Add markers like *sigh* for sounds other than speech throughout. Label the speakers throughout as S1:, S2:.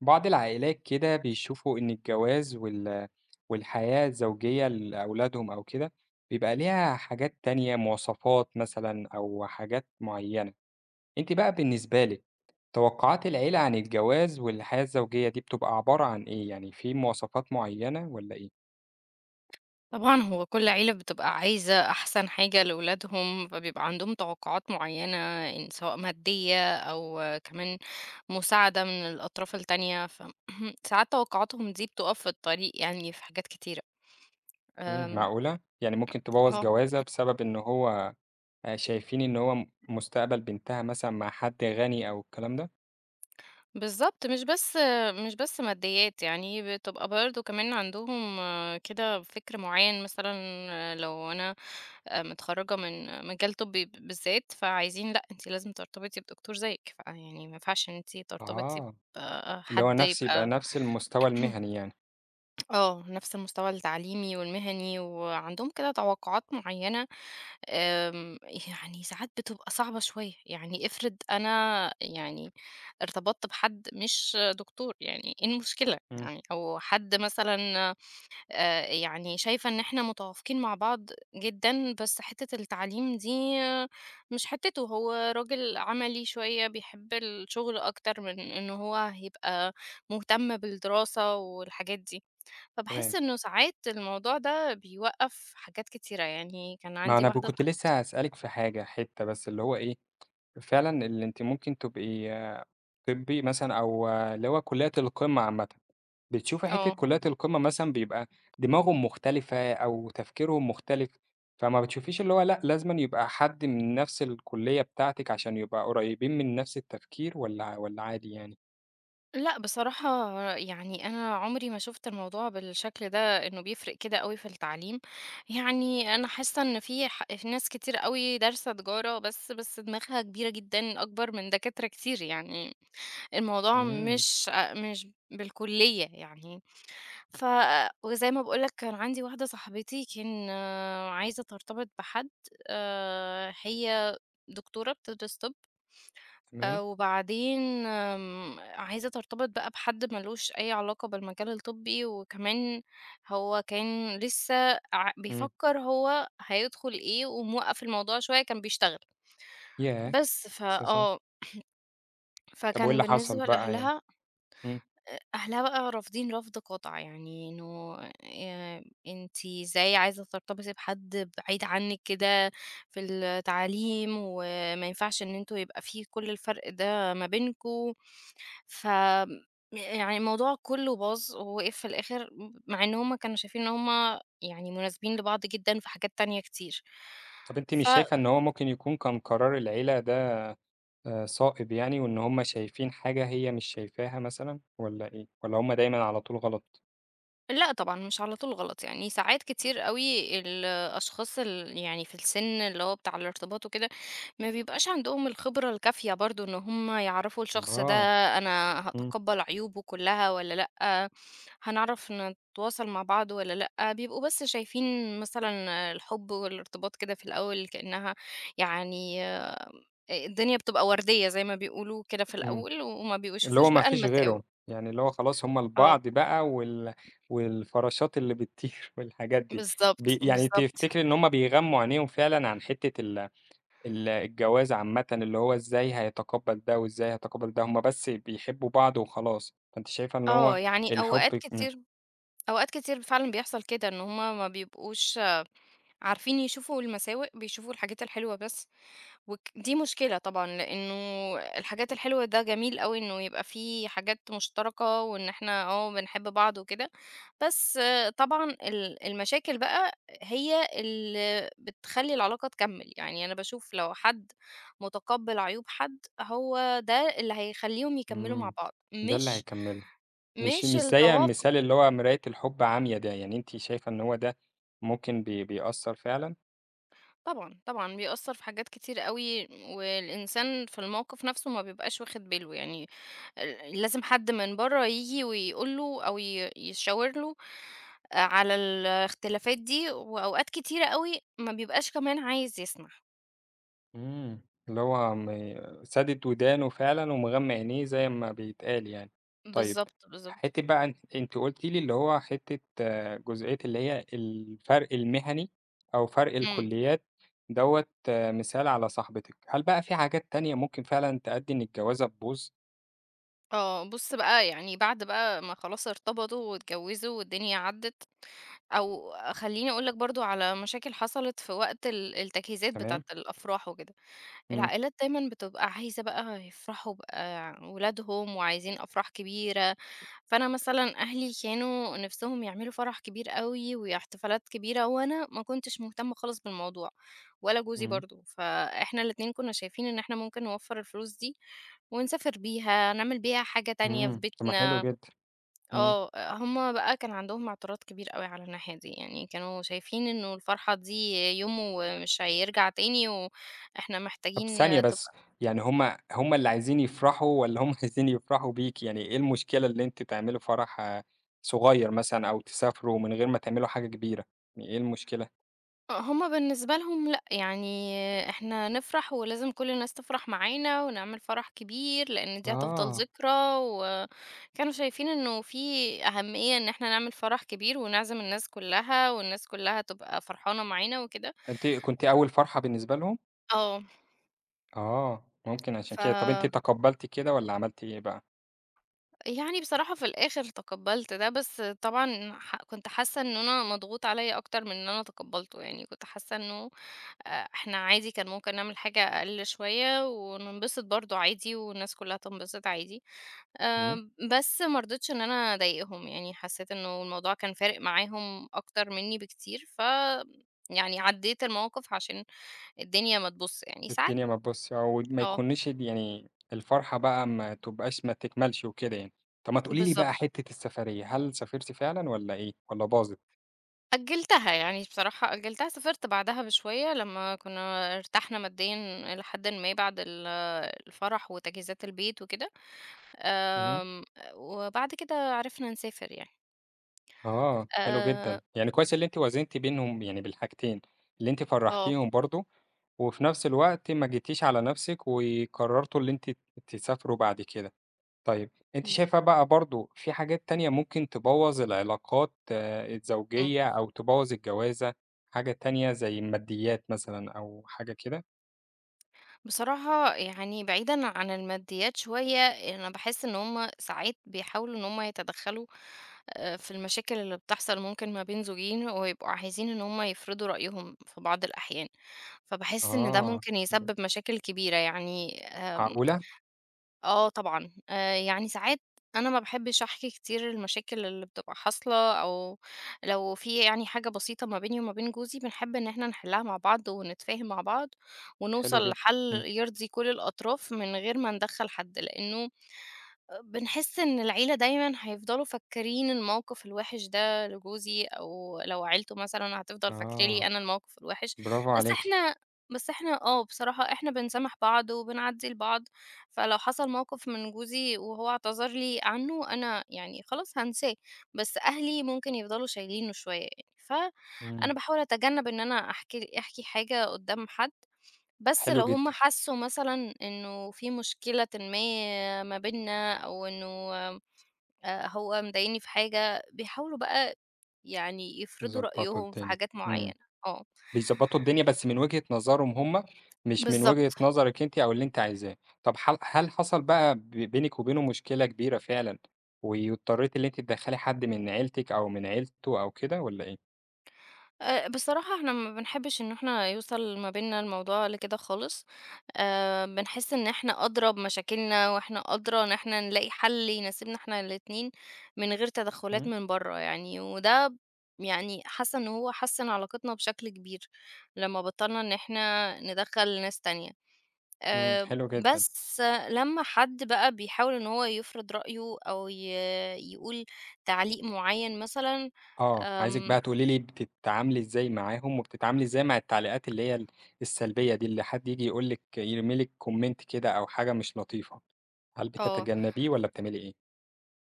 S1: بعض العائلات كده بيشوفوا إن الجواز والحياة الزوجية لأولادهم أو كده بيبقى ليها حاجات تانية، مواصفات مثلا أو حاجات معينة. أنت بقى بالنسبة لك، توقعات العيلة عن الجواز والحياة الزوجية دي بتبقى عبارة عن إيه؟ يعني في مواصفات معينة ولا إيه؟
S2: طبعًا هو كل عيلة بتبقى عايزة أحسن حاجة لولادهم، فبيبقى عندهم توقعات معيّنة إن سواء مادية أو كمان مساعدة من الأطراف التانية، ف *clears throat* ساعات توقعاتهم دي بتُقف في الطريق يعني في حاجات كتيرة.
S1: مم.
S2: آمم،
S1: معقولة؟ يعني ممكن تبوظ
S2: آه،
S1: جوازة بسبب إن هو، شايفين إن هو مستقبل بنتها مثلا مع حد غني أو الكلام ده؟
S2: بالضبط، مش بس ماديات، يعني بتبقى برضه كمان عندهم كده فِكر معيّن مثلًا آه، لو أنا متخرّجة من مجال طبّي بالذات، فعايزين لأ أنتِ لازم ترتبطي بدكتور زيِّك، فيعني ما ينفعش إن أنتِ ترتبطي
S1: آه، اللي هو
S2: بحد
S1: يبقى
S2: يبقى
S1: نفس المستوى
S2: *clears throat*
S1: المهني يعني.
S2: آه، نفس المستوى التعليمي والمهني، وعندهم كده توقعات معيّنة. آمم يعني ساعات بتبقى صعبة شوية، يعني افرض أنا يعني ارتبطت بحد مش دكتور، يعني إيه المشكلة
S1: مم.
S2: يعني؟ أو حد مثلًا يعني شايفة إن إحنا متوافقين مع بعض جدًا، بس حتّة التعليم دي آه، مش حتّته، هو راجل عملي شوية بيحب الشغل أكتر من إن هو هيبقى مهتم بالدراسة والحاجات دي، فباحس
S1: تمام.
S2: إنه ساعات الموضوع ده بيوقّف حاجات كتيرة، يعني كان
S1: ما
S2: عندي
S1: أنا
S2: واحدة
S1: كنت لسه
S2: صاحبتي
S1: هاسألِك في حاجة، حتّة بس اللي هو إيه، فعلًا اللي أنتِ ممكن تبقي طبّي مثلًا أو اللي هو كليات القمة عامةً. بتشوفي حتّة
S2: آه.
S1: كليات القمة مثلًا بيبقى دماغهم مختلفة أو تفكيرهم مختلف، فما بتشوفيش اللي هو لأ، لازمًا يبقى حد من نفس الكلية بتاعتِك عشان يبقى قريّبين من نفس التفكير، والّا عادي يعني؟
S2: لأ، بصراحة يعني أنا عمري ما شُفت الموضوع بالشكل ده، إنه بيفرق كده أوي في التعليم، يعني أنا حاسة إن في ناس كتير أوي دارسة تجارة بس دماغها كبيرة جدًا أكبر من دكاترة كتير، يعني الموضوع
S1: إمم.
S2: مش بالكلية يعني. ف وزي ما باقول لك كان عندي واحدة صاحبتي كان آه، عايزة ترتبط بحد هي دكتورة بتدرس طِب
S1: تمام،
S2: وبعدين عايزة ترتبط بقى بحد ما لوش أي علاقة بالمجال الطبّي، وكمان هو كان لسه
S1: إمم.
S2: بيفكّر هو هيدخل إيه، وموقّف الموضوع شوية كان بيشتغل،
S1: ياه!
S2: بس ف
S1: أساسًا.
S2: آه،
S1: طَب وإيه
S2: فكان
S1: اللي حصل
S2: بالنسبة
S1: بقى يعني؟
S2: لأهلها
S1: إمم.
S2: أهلها بقى رافضين رفض قاطع، يعني إنه أنتِ إزاي عايزة ترتبطي بحد بعيد عنِّك كده في التعليم، وما ينفعش إن أنتم يبقى في كل الفرق ده ما بينكم. ف يعني الموضوع كله باظ ووقف في الآخر مع إن هم كانوا شايفين إن هم يعني مناسبين لبعض جدًا في حاجات تانية كتير.
S1: طَب أنتِ
S2: ف
S1: مش شايفة إن هو ممكن يكون كان قرار العيلة ده صائب يعني، وإن هُم شايفين حاجة هي مش شايفاها مثلًا والّا إيه؟ والّا هُم دايمًا على طول غلط؟
S2: لأ طبعًا، مش على طول غلط، يعني ساعات كتير أوي الأشخاص يعني في السن اللي هو بتاع الارتباط وكده، ما بيبقاش عندهم الخبرة الكافية برضه إن هم يعرفوا الشخص ده
S1: آه،
S2: أنا
S1: إمم،
S2: هاتقبّل عيوبه كلّها والّا لأ، هنعرف نتواصل مع بعض والّا لأ، بيبقوا بس شايفين مثلًا الحب والارتباط كده في الأول كإنها يعني آآ الدنيا بتبقى وردية زي ما بيقولوا كده في
S1: إمم،
S2: الأول، وما
S1: اللي
S2: بيشوفوش
S1: هو ما
S2: بقى
S1: فيش
S2: المساو
S1: غيرهم، يعني اللي هو خلاص هُم
S2: آه،
S1: لبعض بقى، والفراشات اللي بتطير *laughs* والحاجات دي.
S2: بالضبط،
S1: يعني
S2: بالضبط.
S1: تفتكري إن هُم بيغمّوا عينيهم فعلًا عن حتة ال ال الجواز عامةً، اللي هو إزاي هيتقبّل ده وإزاي هيتقبّل ده، هُم بس بيحبّوا بعض وخلاص، فأنتِ شايفة إن
S2: آه،
S1: هو
S2: يعني
S1: الحب.
S2: أوقات
S1: إمم،
S2: كتير أوقات كتير فعلًا بيحصل كده، إن هُم ما بيبقوش عارفين يشوفوا المساوئ، بيشوفوا الحاجات الحلوة بس، دي مشكلة طبعًا، لإنه الحاجات الحلوة ده جميل أوي إنه يبقى في حاجات مشتركة، وإن إحنا آه، بنحب بعض وكده، بس آه، طبعًا المشاكل بقى هي اللي بتخلّي العلاقة تكمّل، يعني أنا باشوف لو حد متقبّل عيوب حد، هو ده اللي هيخلّيهم يكمّلوا مع
S1: إمم،
S2: بعض،
S1: ده اللي
S2: مش
S1: هيكمّله. مش
S2: مش
S1: مش زي
S2: التوا
S1: المثال اللي هو مراية الحب عميا ده، يعني أنتِ شايفة إن هو ده ممكن بيأثّر فعلًا؟
S2: طبعًا، طبعًا بيأثّر في حاجات كتير أوي، والإنسان في الموقف نفْسه ما بيبقاش واخد باله يعني، لازم حد من برّه ييجي ويقول له أو يشاور له على الاختلافات دي، وأوقات كتيرة أوي ما بيبقاش كمان عايز يسمع.
S1: إمم. اللي هو سادد ودانه فعلًا ومغمى عينيه زي ما بيتقال يعني. طيب،
S2: بالضبط، بالضبط.
S1: حتّة بقى أنتِ قلتِ لي اللي هو حتّة جزئية اللي هي الفرق المهني أو فرق
S2: إمم.
S1: الكليات دوّة، مثال على صاحبتِك، هل بقى في حاجات تانية ممكن فعلًا تأدّي إن الجوازة تبوظ؟
S2: آه، بُص بقى يعني بعد بقى ما خلاص ارتبطوا واتجوّزوا والدنيا عدّت، أو خلّيني أقول لك برضه على مشاكل حصلت في وقت التجهيزات بتاعة
S1: تمام؟
S2: الأفراح وكده.
S1: إمم.
S2: العائلات دايمًا بتبقى عايزة بقى يفرحوا بقى ولادهم وعايزين أفراح كبيرة، فأنا مثلًا أهلي كانوا نِفْسهم يعملوا فرح كبير أوي واحتفالات كبيرة وأنا ما كنتش مهتمة خالص بالموضوع ولا
S1: إمم،
S2: جوزي
S1: إمم.
S2: برضه، فإحنا الاتنين كُنّا شايفين إن إحنا ممكن نوفّر الفلوس دي ونسافر بيها، نعمل بيها حاجة تانية في
S1: إمم، طب ما حلو
S2: بيتنا.
S1: جدًا. إمم.
S2: آه، هم بقى كان عندهم اعتراض كبير أوي على الناحية دي، يعني كانوا شايفين إنه الفرحة دي يوم ومش هيرجع تاني وإحنا محتاجين
S1: طب ثانية
S2: تب
S1: بس، يعني هم اللي عايزين يفرحوا والّا هم *laughs* عايزين يفرحوا بيكِ؟ يعني إيه المشكلة؟ اللي أنتِ تعملوا فرح صغير مثلًا أو تسافروا من غير ما تعملوا حاجة كبيرة، يعني إيه المشكلة؟
S2: هُم بالنسبة لهم لأ، يعني إحنا نفرح ولازم كل الناس تفرح معانا ونعمل فرح كبير، لإن دي هتفضل
S1: آه،
S2: ذكرى، وكانوا شايفين إنه في أهمية إن إحنا نعمل فرح كبير ونعزم الناس كلها، والناس كلها تبقى فرحانة معانا وكده.
S1: أنتِ كنتِ أول فرحة بالنسبة لهم؟
S2: آه،
S1: آه، ممكن عشان
S2: ف
S1: كده. طب أنتِ تقبّلتِ كده والّا عملتِ إيه بقى؟
S2: يعني بصراحة في الآخر تقبّلت ده، بس طبعًا كنت حاسة إن أنا مضغوط عليّا أكتر من إن أنا تقبّلته، يعني كنت حاسة إنه إحنا عادي كان ممكن نعمل حاجة أقل شوية وننبسط برضه عادي والناس كُلّها تنبسط عادي.
S1: إمم،
S2: بس ما رضيتش إن أنا أضايقهم، يعني حسّيت إنه الموضوع كان فارق معاهم أكتر منّي بكتير. يعني عدّيت الموقف عشان الدنيا ما تبُص يعني، ساعات
S1: الدنيا ما تبُص أو ما
S2: آه،
S1: يكونش يعني الفرحة بقى ما تبقاش ما تكملش وكده يعني. طب ما تقولي لي
S2: بالضبط.
S1: بقى حتّة السفرية، هل سافرتِ فعلًا والّا إيه، والّا باظت؟
S2: أجّلتها، يعني بصراحة أجّلتها، سافرت بعدها بشوية لمّا كُنّا ارتحنا ماديًا إلى حدٍ ما بعد الفرح وتجهيزات البيت وكده،
S1: إمم.
S2: آمم، وبعد كده عرفنا نسافر يعني.
S1: آه، حلو
S2: آآ
S1: جدًا، يعني كويس اللي أنتِ وازنتِ بينهم يعني بالحاجتين، اللي أنتِ
S2: آه،
S1: فرّحتيهم برضه، وفي نفس الوقت ما جيتيش على نفسِك، وقررتوا اللي أنتِ تسافروا بعد كده. طيب، أنتِ
S2: إمم،
S1: شايفة بقى برضه في حاجات تانية ممكن تبوّظ العلاقات
S2: إمم.
S1: الزوجية، أو تبوّظ الجوازة، حاجة تانية زي الماديات مثلًا أو حاجة كده؟
S2: بصراحة يعني بعيدًا عن الماديات شوية، أنا باحس إن هم ساعات بيحاولوا إن هم يتدخّلوا في المشاكل اللي بتحصل ممكن ما بين زوجين، ويبقوا عايزين إن هم يفرضوا رأيهم في بعض الأحيان، فباحس إن ده
S1: آه،
S2: ممكن يسبب مشاكل كبيرة يعني
S1: معقولة!
S2: آه طبعًا، يعني ساعات أنا ما باحبش أحكي كتير المشاكل اللي بتبقى حاصلة، أو لو في يعني حاجة بسيطة ما بيني وما بين جوزي، بنحب إن إحنا نحلها مع بعض ونتفاهم مع بعض،
S1: حلو
S2: ونوصل
S1: جدًا،
S2: لحل
S1: إمم،
S2: يرضي كل الأطراف من غير ما ندخّل حد، لإنه بنحس إن العيلة دايمًا هيفضلوا فاكرين الموقف الوحِش ده لجوزي أو لو عيلته مثلًا هتفضل فاكرة
S1: آه،
S2: لي أنا الموقف الوحِش،
S1: برافو
S2: بس
S1: عليكِ،
S2: إحنا بس إحنا آه، بصراحة إحنا بنسامح بعض وبنعدّي لبعض، فلو حصل موقف من جوزي وهو اعتذر لي عنّه أنا يعني خلاص هانساه، بس أهلي ممكن يفضلوا شايلينه شوية يعني،
S1: إمم،
S2: فأنا باحاول أتجنّب إن أنا أحكي حاجة قُدّام حد. بس
S1: حلو
S2: لو هم
S1: جدًا.
S2: حسوا مثلًا إنه في مشكلةٍ ما ما بيننا أو إنه هو مضايقني في حاجة، بيحاولوا بقى يعني يفرضوا
S1: ضبّطوا
S2: رأيهم في
S1: الدنيا،
S2: حاجات
S1: إمم.
S2: معيّنة. آه،
S1: بيضبّطوا الدنيا بس من وجهة نظرهم هم، مش من
S2: بالضبط.
S1: وجهة نظرِك أنتِ أو اللي أنتِ عايزاه. طب هل حصل بقى بينِك وبينه مشكلة كبيرة فعلًا، واضطريتِ اللي أنتِ تدخّلي حد من عيلتِك أو من عيلته أو كده والّا إيه؟
S2: بصراحة إحنا ما بنحبّش إن إحنا يوصل ما بيننا الموضوع لكده خالص، بنحس إن إحنا أدرى بمشاكلنا، وإحنا أدرى إن إحنا نلاقي حل يناسبنا إحنا الاتنين من غير تدخلات
S1: إمم،
S2: من برّه يعني، يعني حاسة إن هو حسّن علاقتنا بشكل كبير لمّا بطّلنا إن إحنا ندخّل ناس تانية.
S1: إمم،
S2: آآ،
S1: حلو جدًا.
S2: بس لمّا حد بقى بيحاول إن هو يفرض رأيه أو ي يقول تعليق معيّن مثلًا،
S1: آه، عايزِك بقى
S2: آمم،
S1: تقولي لي بتتعاملي إزاي معاهم، وبتتعاملي إزاي مع التعليقات اللي هي السلبية دي، اللي حد ييجي يقول لِك، يرمي لِك comment كده أو حاجة مش لطيفة، هل
S2: آه.
S1: بتتجنبيه والّا بتعملي إيه؟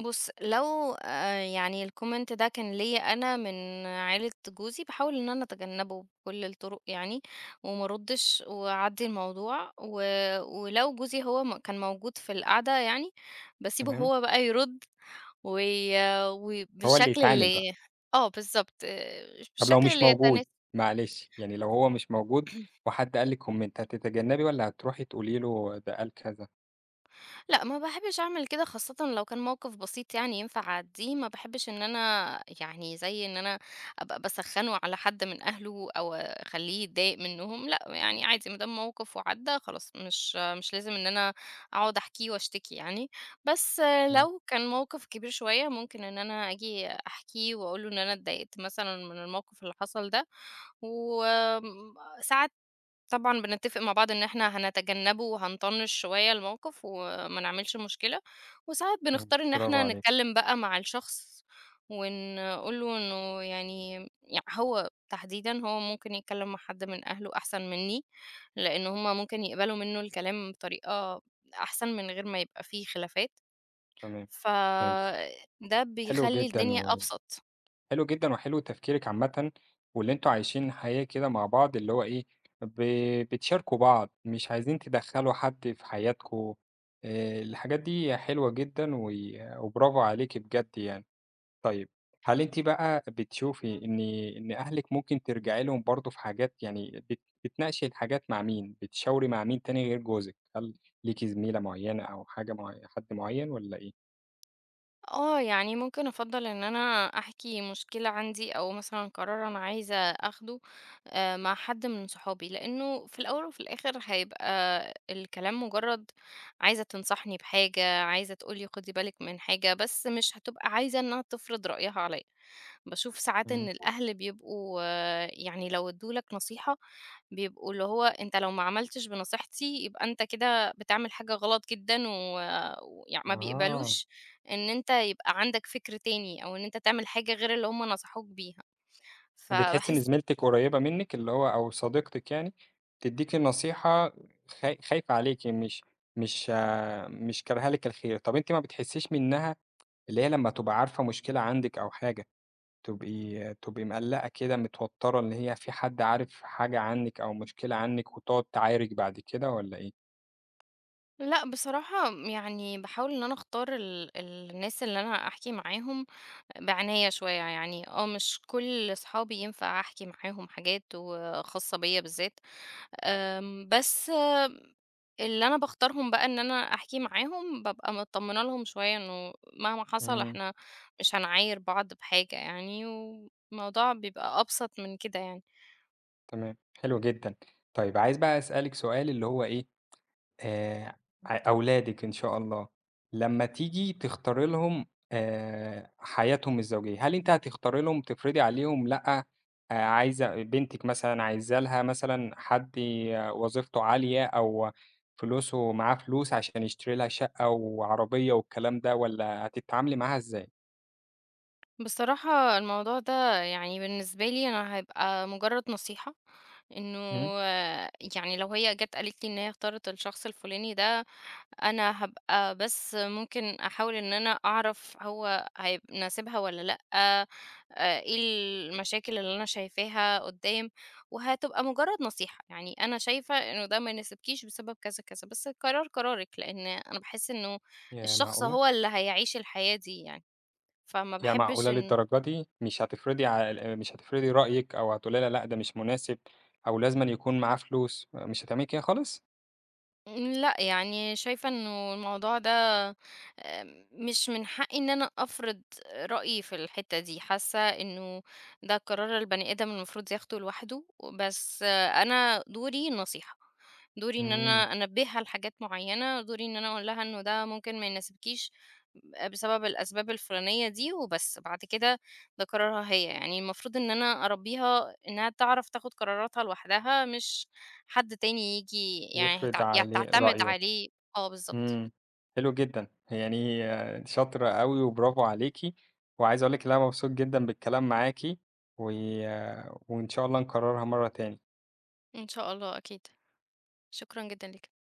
S2: بُص، لو يعني الcomment ده كان ليّا أنا من عيلة جوزي، باحاول إن أنا أتجنّبه بكل الطُرق يعني وما أردّش وأعدّي الموضوع. ولو جوزي هو م كان موجود في القعدة يعني، باسيبه
S1: تمام،
S2: هو بقى يرُد وي
S1: هو اللي
S2: وبالشكل
S1: يتعامل
S2: اللي
S1: بقى.
S2: آه بالضبط.
S1: طب لو
S2: بالشكل
S1: مش
S2: اللي
S1: موجود، معلش، يعني لو هو مش موجود
S2: يتناسب
S1: وحد قال لِك كومنت، هتتجنبي والّا هتروحي تقولي له ده قال كذا؟
S2: لأ، ما باحبش أعمل كده خاصةً لو كان موقف بسيط يعني ينفع أعدّيه، ما باحبش إن أنا يعني زي إن أنا أبقى باسخّنه على حد من أهله أو أخلّيه يتضايق منّهم، لأ، يعني عادي ما دام موقف وعدّى خلاص مش مش لازم إن أنا أقعد أحكيه وأشتكي يعني، بس
S1: إمم.
S2: لو كان موقف كبير شوية ممكن إن أنا آجي أحكيه وأقول له إن أنا اتضايقت مثلًا من الموقف اللي حصل ده، وساعات طبعًا بنتّفق مع بعض إن إحنا هنتجنّبه وهنطنّش شوية الموقف وما نعملش مشكلة، وساعات
S1: إمم،
S2: بنختار إن
S1: برافو
S2: إحنا
S1: عليكِ،
S2: نتكلّم بقى مع الشخص ونقول له إنه يعني هو تحديدًا هو ممكن يتكلّم مع حد من أهله أحسن منّي، لإن هُم ممكن يقبلوا منّه الكلام بطريقة أحسن من غير ما يبقى في خلافات،
S1: تمام، فهمت،
S2: فده
S1: حلو
S2: بيخلّي
S1: جدًا
S2: الدنيا
S1: و
S2: أبسط.
S1: حلو جدًا وحلو تفكيرِك عامةً، واللي أنتم عايشين حياة كده مع بعض اللي هو إيه، ب بتشاركوا بعض، مش عايزين تدخّلوا حد في حياتكم، الحاجات دي حلوة جدًا وبرافو عليكِ بجد يعني. طيب، هل أنتِ بقى بتشوفي إن أهلِك ممكن ترجعي لهم برضه في حاجات، يعني بتناقشي الحاجات مع مين، بتشاوري مع مين تاني غير جوزِك؟ هل ليكِ زميلة معيّنة أو حاجة حد معيّن والّا إيه؟
S2: آه، يعني ممكن أفضّل إن أنا أحكي مشكلة عندي أو مثلًا قرار أنا عايزة آخده مع حد من صحابي، لإنه في الأول وفي الآخر هيبقى الكلام مجرد عايزة تنصحني بحاجة، عايزة تقول لي خدي بالِك من حاجة، بس مش هتبقى عايزة إنها تفرض رأيها عليَّ. باشوف ساعات
S1: إمم.
S2: إن الأهل بيبقوا آه، يعني لو ادّوا لك نصيحة بيبقوا اللي هو أنت لو ما عملتش بنصيحتي يبقى أنت كده بتعمل حاجة غلط جدًا ويعني ما
S1: آه،
S2: بيقبلوش إن أنت يبقى عندك فكر تاني أو إن أنت تعمل حاجة غير اللي هم نصحوك بيها،
S1: بتحسي إن
S2: فباحس
S1: زميلتِك قريبة منِّك اللي هو أو صديقتِك يعني، تدّيكِ نصيحة خايفة عليكِ، مش كارهة لِك الخير، طب أنتِ ما بتحسيش منها اللي هي لمّا تبقى عارفة مشكلة عندِك أو حاجة، تبقي مقلّقة كده، متوتّرة إن هي في حد عارف حاجة عنِّك أو مشكلة عنِّك وتقعد تعارك بعد كده والّا إيه؟
S2: لأ بصراحة يعني باحاول إن أنا أختار الناس اللي أنا أحكي معاهم بعناية شوية، يعني آه مش كل صحابي ينفع أحكي معاهم حاجات وخاصة بيّا بالذات. آمم، بس أم، اللي أنا باختارهم بقى إن أنا أحكي معاهم، بابقى متطمنة لهم شوية إنه مهما حصل
S1: إمم.
S2: إحنا مش هنعاير بعض بحاجة يعني، والموضوع بيبقى أبسط من كده يعني.
S1: تمام، حلو جدًا. طيب، عايز بقى أسألِك سؤال اللي هو إيه، آآ ع أولادِك إن شاء الله، لمّا تيجي تختاري لهم حياتهم الزوجية، هل أنتِ هتختاري لهم تفرضي عليهم لأ، عايزة بنتِك مثلًا، عايزة لها مثلًا حد وظيفته عالية أو فلوسه معاه فلوس عشان يشتري لها شقة وعربية والكلام ده، والّا هتتعاملي معاها إزاي؟
S2: بصراحة الموضوع ده يعني بالنسبة لي أنا هيبقى مجرد نصيحة، إنه
S1: إمم.
S2: آه، يعني لو هي جات قالت لي إن هي اختارت الشخص الفلاني ده أنا هابقى بس ممكن أحاول إن أنا أعرف هو ناسبها والّا لأ، إيه المشاكل اللي أنا شايفاها قدّام، وهتبقى مجرد نصيحة، يعني أنا شايفة إنه ده ما يناسبكيش بسبب كذا، كذا، بس القرار قرارِك، لإن أنا باحس إنه
S1: ياه،
S2: الشخص
S1: معقولة!
S2: هو اللي هيعيش الحياة دي يعني، فما
S1: ياه، معقولة
S2: باحبش إنه
S1: للدرجة دي! مش هتفرضي رأيِك أو هتقولي لها لأ ده مش مناسب، أو لازمًا يكون معاه فلوس، مش هتعملي كده خالص؟
S2: لأ، يعني شايفة إنه الموضوع ده مش من حقي إن أنا أفرض رأيي في الحتة دي، حاسة إنه ده قرار البني آدم المفروض ياخده لوحده، بس آه، أنا دوري النصيحة، دوري إن
S1: إمم،
S2: أنا أنبهها لحاجات معينة، دوري إن أنا أقول لها إنه ده ممكن ما يناسبكيش بسبب الأسباب الفلانية دي وبس، بعد كده ده قرارها هي، يعني المفروض إن أنا أربيها إنها تعرف تاخد قراراتها لوحدها مش حد تاني ييجي يعني
S1: يفرض
S2: هت ي
S1: عليه
S2: تعتمد
S1: رأيه،
S2: عليه آه بالضبط.
S1: إمم، حلو جدًا، يعني شاطرة أوي وبرافو عليكِ، وعايز أقول لِك إن أنا مبسوط جدًا بالكلام معاكِ، و آه، وإن شاء الله نكررها مرة تاني.
S2: إن شاء الله أكيد. شكرًا جدًا ليك.